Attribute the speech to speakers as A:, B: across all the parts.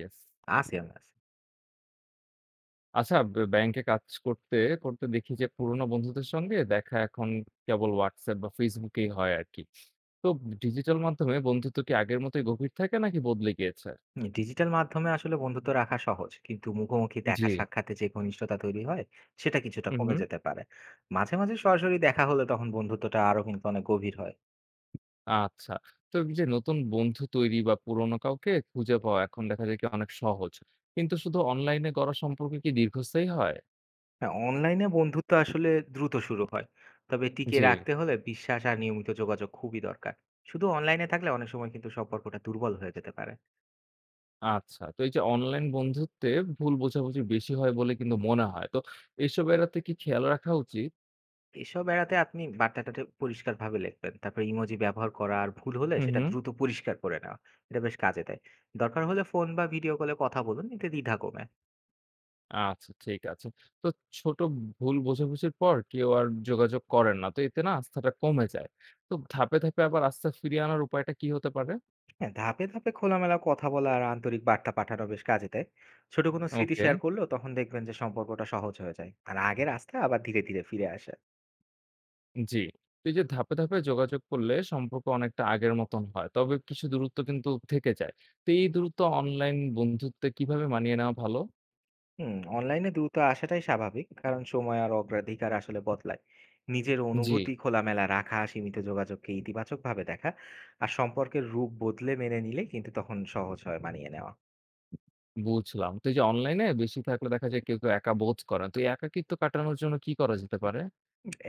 A: Yes.
B: আমি আছি।
A: আচ্ছা ব্যাংকে কাজ করতে, করতে দেখি যে পুরোনো বন্ধুদের সঙ্গে দেখা এখন কেবল WhatsApp বা Facebook এই হয় আরকি। তো ডিজিটাল মাধ্যমে বন্ধুত্ব কি আগের মতোই গভীর থাকে নাকি বদলে গিয়েছে?
B: হুম, ডিজিটাল মাধ্যমে আসলে বন্ধুত্ব রাখা সহজ। কিন্তু মুখোমুখি দেখা
A: জি।
B: সাক্ষাতে যে ঘনিষ্ঠতা তৈরি হয়, সেটা কিছুটা
A: হুম,
B: কমে
A: হুম।
B: যেতে পারে। মাঝে, মাঝে সরাসরি দেখা হলে তখন বন্ধুত্বটা আরো কিন্তু অনেক গভীর হয়।
A: আচ্ছা। তো এই যে নতুন বন্ধু তৈরি বা পুরোনো কাউকে খুঁজে পাওয়া এখন দেখা যায় কি অনেক সহজ। কিন্তু শুধু অনলাইনে গড়া সম্পর্ক কি দীর্ঘস্থায়ী হয়?
B: হ্যাঁ, অনলাইনে বন্ধুত্ব আসলে দ্রুত শুরু হয়। তবে টিকিয়ে
A: জি।
B: রাখতে হলে বিশ্বাস আর নিয়মিত যোগাযোগ খুবই দরকার। শুধু অনলাইনে থাকলে অনেক সময় কিন্তু সম্পর্কটা দুর্বল হয়ে যেতে পারে।
A: আচ্ছা। তো এই যে অনলাইন বন্ধুত্বে ভুল বোঝাবুঝি বেশি হয় বলে কিন্তু মনে হয়। তো এসব এড়াতে কি খেয়াল রাখা উচিত?
B: এসব এড়াতে আপনি বার্তাটাতে পরিষ্কারভাবে লিখবেন। তারপরে ইমোজি ব্যবহার করা আর ভুল হলে
A: হুম,
B: সেটা
A: হুম।
B: দ্রুত পরিষ্কার করে নেওয়া। এটা বেশ কাজে দেয়। দরকার হলে ফোন বা ভিডিও কলে কথা বলুন, এতে দ্বিধা কমে।
A: আচ্ছা ঠিক আছে। তো ছোট ভুল বোঝাবুঝির পর কেউ আর যোগাযোগ করেন না। তো এতে না আস্থাটা কমে যায়। তো ধাপে, ধাপে আবার আস্থা ফিরিয়ে আনার উপায়টা কি হতে পারে?
B: হ্যাঁ, ধাপে, ধাপে খোলামেলা কথা বলা আর আন্তরিক বার্তা পাঠানো বেশ কাজে দেয়। ছোট কোনো স্মৃতি
A: ওকে,
B: শেয়ার করলেও তখন দেখবেন যে সম্পর্কটা সহজ হয়ে যায়। আর আগের আস্থা আবার ধীরে, ধীরে ফিরে আসে।
A: জি। তো এই যে ধাপে, ধাপে যোগাযোগ করলে সম্পর্ক অনেকটা আগের মতন হয়। তবে কিছু দূরত্ব কিন্তু থেকে যায়। তো এই দূরত্ব অনলাইন বন্ধুত্বে কিভাবে মানিয়ে নেওয়া ভালো?
B: হুম, অনলাইনে দ্রুত আসাটাই স্বাভাবিক কারণ সময় আর অগ্রাধিকার আসলে বদলায়। নিজের
A: জি,
B: অনুভূতি খোলামেলা রাখা, সীমিত যোগাযোগকে ইতিবাচক ভাবে দেখা আর সম্পর্কের রূপ বদলে মেনে নিলে কিন্তু তখন সহজ হয় মানিয়ে নেওয়া।
A: বুঝলাম। তো এই যে অনলাইনে বেশি থাকলে দেখা যায় কেউ, কেউ একা বোধ করেন। তো এই একাকিত্ব কাটানোর জন্য কি করা যেতে পারে?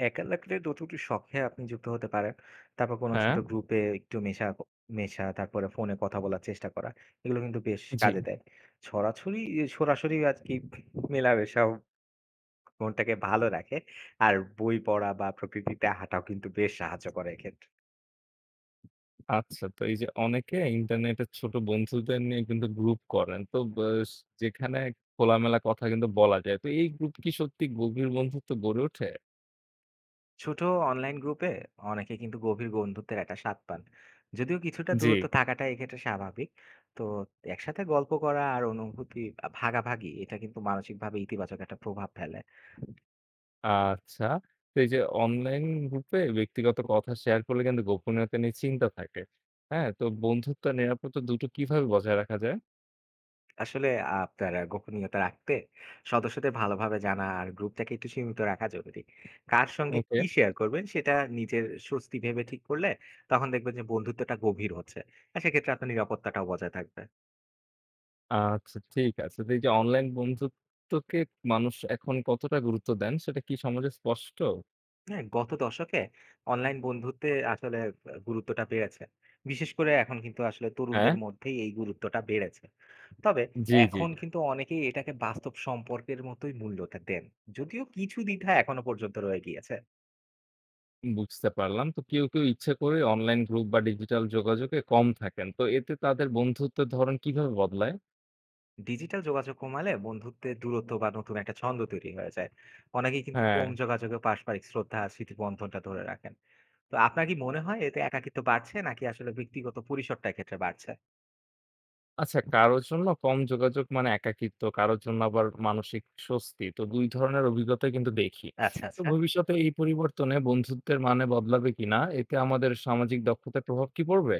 B: একা লাগলে দুটি শখে আপনি যুক্ত হতে পারেন, তারপর কোনো ছোট
A: হ্যাঁ,
B: গ্রুপে একটু মেশা মেশা, তারপরে ফোনে কথা বলার চেষ্টা করা। এগুলো কিন্তু বেশ
A: জি।
B: কাজে দেয়। ছড়াছড়ি, সরাসরি আর কি মেলামেশা মনটাকে ভালো রাখে। আর বই পড়া বা প্রকৃতিতে হাঁটাও কিন্তু বেশ সাহায্য করে এক্ষেত্রে।
A: আচ্ছা, তো এই যে অনেকে ইন্টারনেটে ছোট বন্ধুদের নিয়ে কিন্তু গ্রুপ করেন। তো বেস যেখানে খোলামেলা কথা কিন্তু বলা যায়। তো এই গ্রুপ কি সত্যি গভীর বন্ধুত্ব গড়ে ওঠে?
B: ছোট অনলাইন গ্রুপে অনেকে কিন্তু গভীর বন্ধুত্বের একটা স্বাদ পান। যদিও কিছুটা
A: জি।
B: দূরত্ব থাকাটা এক্ষেত্রে স্বাভাবিক। তো একসাথে গল্প করা আর অনুভূতি ভাগাভাগি এটা কিন্তু মানসিকভাবে ইতিবাচক একটা প্রভাব ফেলে।
A: আচ্ছা। তো এই যে অনলাইন গ্রুপে ব্যক্তিগত কথা শেয়ার করলে কিন্তু গোপনীয়তা নিয়ে চিন্তা থাকে। হ্যাঁ? তো বন্ধুত্ব আর নিরাপত্তা দুটো কিভাবে বজায় রাখা যায়?
B: আসলে আপনারা গোপনীয়তা রাখতে সদস্যদের ভালোভাবে জানা আর গ্রুপটাকে একটু সীমিত রাখা জরুরি। কার সঙ্গে
A: ওকে।
B: কি শেয়ার করবেন সেটা নিজের স্বস্তি ভেবে ঠিক করলে তখন দেখবেন যে বন্ধুত্বটা গভীর হচ্ছে। আর সেক্ষেত্রে আপনার নিরাপত্তাটাও বজায় থাকবে।
A: আচ্ছা ঠিক আছে। তো এই যে অনলাইন বন্ধুত্বকে মানুষ এখন কতটা গুরুত্ব দেন সেটা কি সমাজে স্পষ্ট?
B: হ্যাঁ, গত দশকে অনলাইন বন্ধুত্বে আসলে গুরুত্বটা বেড়েছে। বিশেষ করে এখন কিন্তু আসলে
A: হ্যাঁ?
B: তরুণদের মধ্যেই এই গুরুত্বটা বেড়েছে। তবে
A: জি, জি।
B: এখন কিন্তু অনেকেই এটাকে বাস্তব সম্পর্কের মতোই মূল্যটা দেন। যদিও কিছু দ্বিধা এখনো পর্যন্ত রয়ে গিয়েছে।
A: বুঝতে পারলাম। তো কেউ, কেউ ইচ্ছে করে অনলাইন গ্রুপ বা ডিজিটাল যোগাযোগে কম থাকেন। তো এতে তাদের বন্ধুত্বের ধরন কিভাবে বদলায়?
B: ডিজিটাল যোগাযোগ কমালে বন্ধুত্বের দূরত্ব বা নতুন একটা ছন্দ তৈরি হয়ে যায়। অনেকেই কিন্তু
A: হ্যাঁ।
B: কম যোগাযোগে পারস্পরিক শ্রদ্ধা আর স্মৃতিবন্ধনটা ধরে রাখেন। তো আপনার কি মনে হয় এতে একাকিত্ব বাড়ছে নাকি আসলে ব্যক্তিগত পরিসরটা এক্ষেত্রে বাড়ছে?
A: আচ্ছা, কারো জন্য কম যোগাযোগ মানে একাকিত্ব, কারো জন্য আবার মানসিক স্বস্তি। তো ২ ধরনের অভিজ্ঞতা কিন্তু দেখি।
B: আচ্ছা,
A: তো
B: আচ্ছা।
A: ভবিষ্যতে এই পরিবর্তনে বন্ধুত্বের মানে বদলাবে কিনা? এতে আমাদের সামাজিক দক্ষতার প্রভাব কি পড়বে?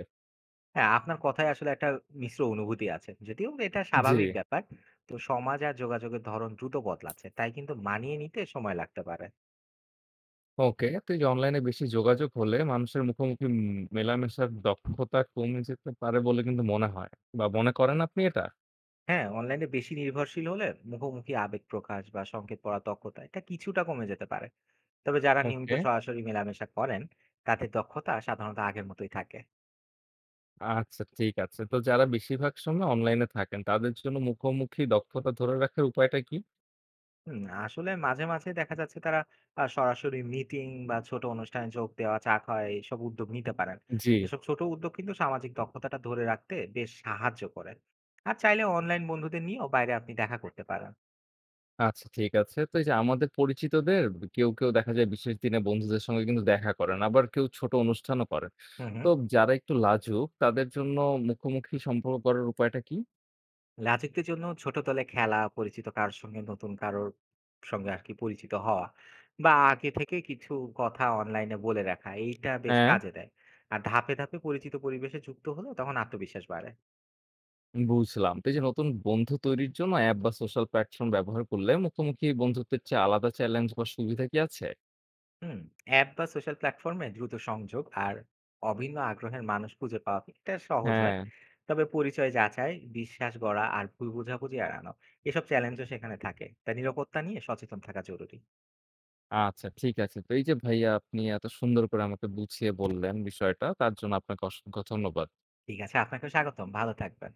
B: হ্যাঁ, আপনার কথায় আসলে একটা মিশ্র অনুভূতি আছে। যদিও এটা
A: জি,
B: স্বাভাবিক ব্যাপার। তো সমাজ আর যোগাযোগের ধরন দ্রুত বদলাচ্ছে। তাই কিন্তু মানিয়ে নিতে সময় লাগতে পারে।
A: ওকে। তো এই যে অনলাইনে বেশি যোগাযোগ হলে মানুষের মুখোমুখি মেলামেশার দক্ষতা কমে যেতে পারে বলে কিন্তু মনে হয় বা মনে করেন আপনি এটা?
B: হ্যাঁ, অনলাইনে বেশি নির্ভরশীল হলে মুখোমুখি আবেগ প্রকাশ বা সংকেত পড়ার দক্ষতা এটা কিছুটা কমে যেতে পারে। তবে যারা নিয়মিত
A: ওকে।
B: সরাসরি মেলামেশা করেন, তাদের দক্ষতা সাধারণত আগের মতোই থাকে।
A: আচ্ছা ঠিক আছে। তো যারা বেশিরভাগ সময় অনলাইনে থাকেন, তাদের জন্য মুখোমুখি দক্ষতা ধরে রাখার উপায়টা কি?
B: হুম, আসলে মাঝে, মাঝে দেখা যাচ্ছে তারা সরাসরি মিটিং বা ছোট অনুষ্ঠানে যোগ দেওয়া, চা খাওয়া এইসব উদ্যোগ নিতে পারেন।
A: জি।
B: এসব ছোট উদ্যোগ কিন্তু সামাজিক দক্ষতাটা ধরে রাখতে বেশ সাহায্য করে। আর চাইলে অনলাইন বন্ধুদের নিয়েও বাইরে আপনি দেখা করতে পারেন।
A: আচ্ছা ঠিক আছে। তো এই যে আমাদের পরিচিতদের কেউ, কেউ দেখা যায় বিশেষ দিনে বন্ধুদের সঙ্গে কিন্তু দেখা করেন। আবার কেউ ছোট অনুষ্ঠানও করেন।
B: হুম, হুম।
A: তো যারা একটু লাজুক তাদের জন্য মুখোমুখি সম্পর্ক করার উপায়টা কি?
B: লাজুকদের জন্য ছোট দলে খেলা, পরিচিত কারোর সঙ্গে নতুন কারোর সঙ্গে আর কি পরিচিত হওয়া বা আগে থেকে কিছু কথা অনলাইনে বলে রাখা এইটা বেশ
A: হ্যাঁ,
B: কাজে দেয়। আর ধাপে, ধাপে পরিচিত পরিবেশে যুক্ত হলে তখন আত্মবিশ্বাস বাড়ে।
A: বুঝলাম। তো এই যে নতুন বন্ধু তৈরির জন্য অ্যাপ বা সোশ্যাল প্ল্যাটফর্ম ব্যবহার করলে মুখোমুখি বন্ধুত্বের চেয়ে আলাদা চ্যালেঞ্জ বা সুবিধা কি আছে?
B: হুম, অ্যাপ বা সোশ্যাল প্ল্যাটফর্মে দ্রুত সংযোগ আর অভিন্ন আগ্রহের মানুষ খুঁজে পাওয়া এটা সহজ হয়।
A: হ্যাঁ।
B: তবে পরিচয় যাচাই, বিশ্বাস গড়া আর ভুল বোঝাবুঝি এড়ানো এসব চ্যালেঞ্জও সেখানে থাকে। তাই নিরাপত্তা নিয়ে সচেতন থাকা জরুরি।
A: আচ্ছা ঠিক আছে। তো এই যে ভাইয়া আপনি এত সুন্দর করে আমাকে বুঝিয়ে বললেন বিষয়টা, তার জন্য আপনাকে অসংখ্য ধন্যবাদ।
B: ঠিক আছে, আপনাকেও স্বাগতম। ভালো থাকবেন।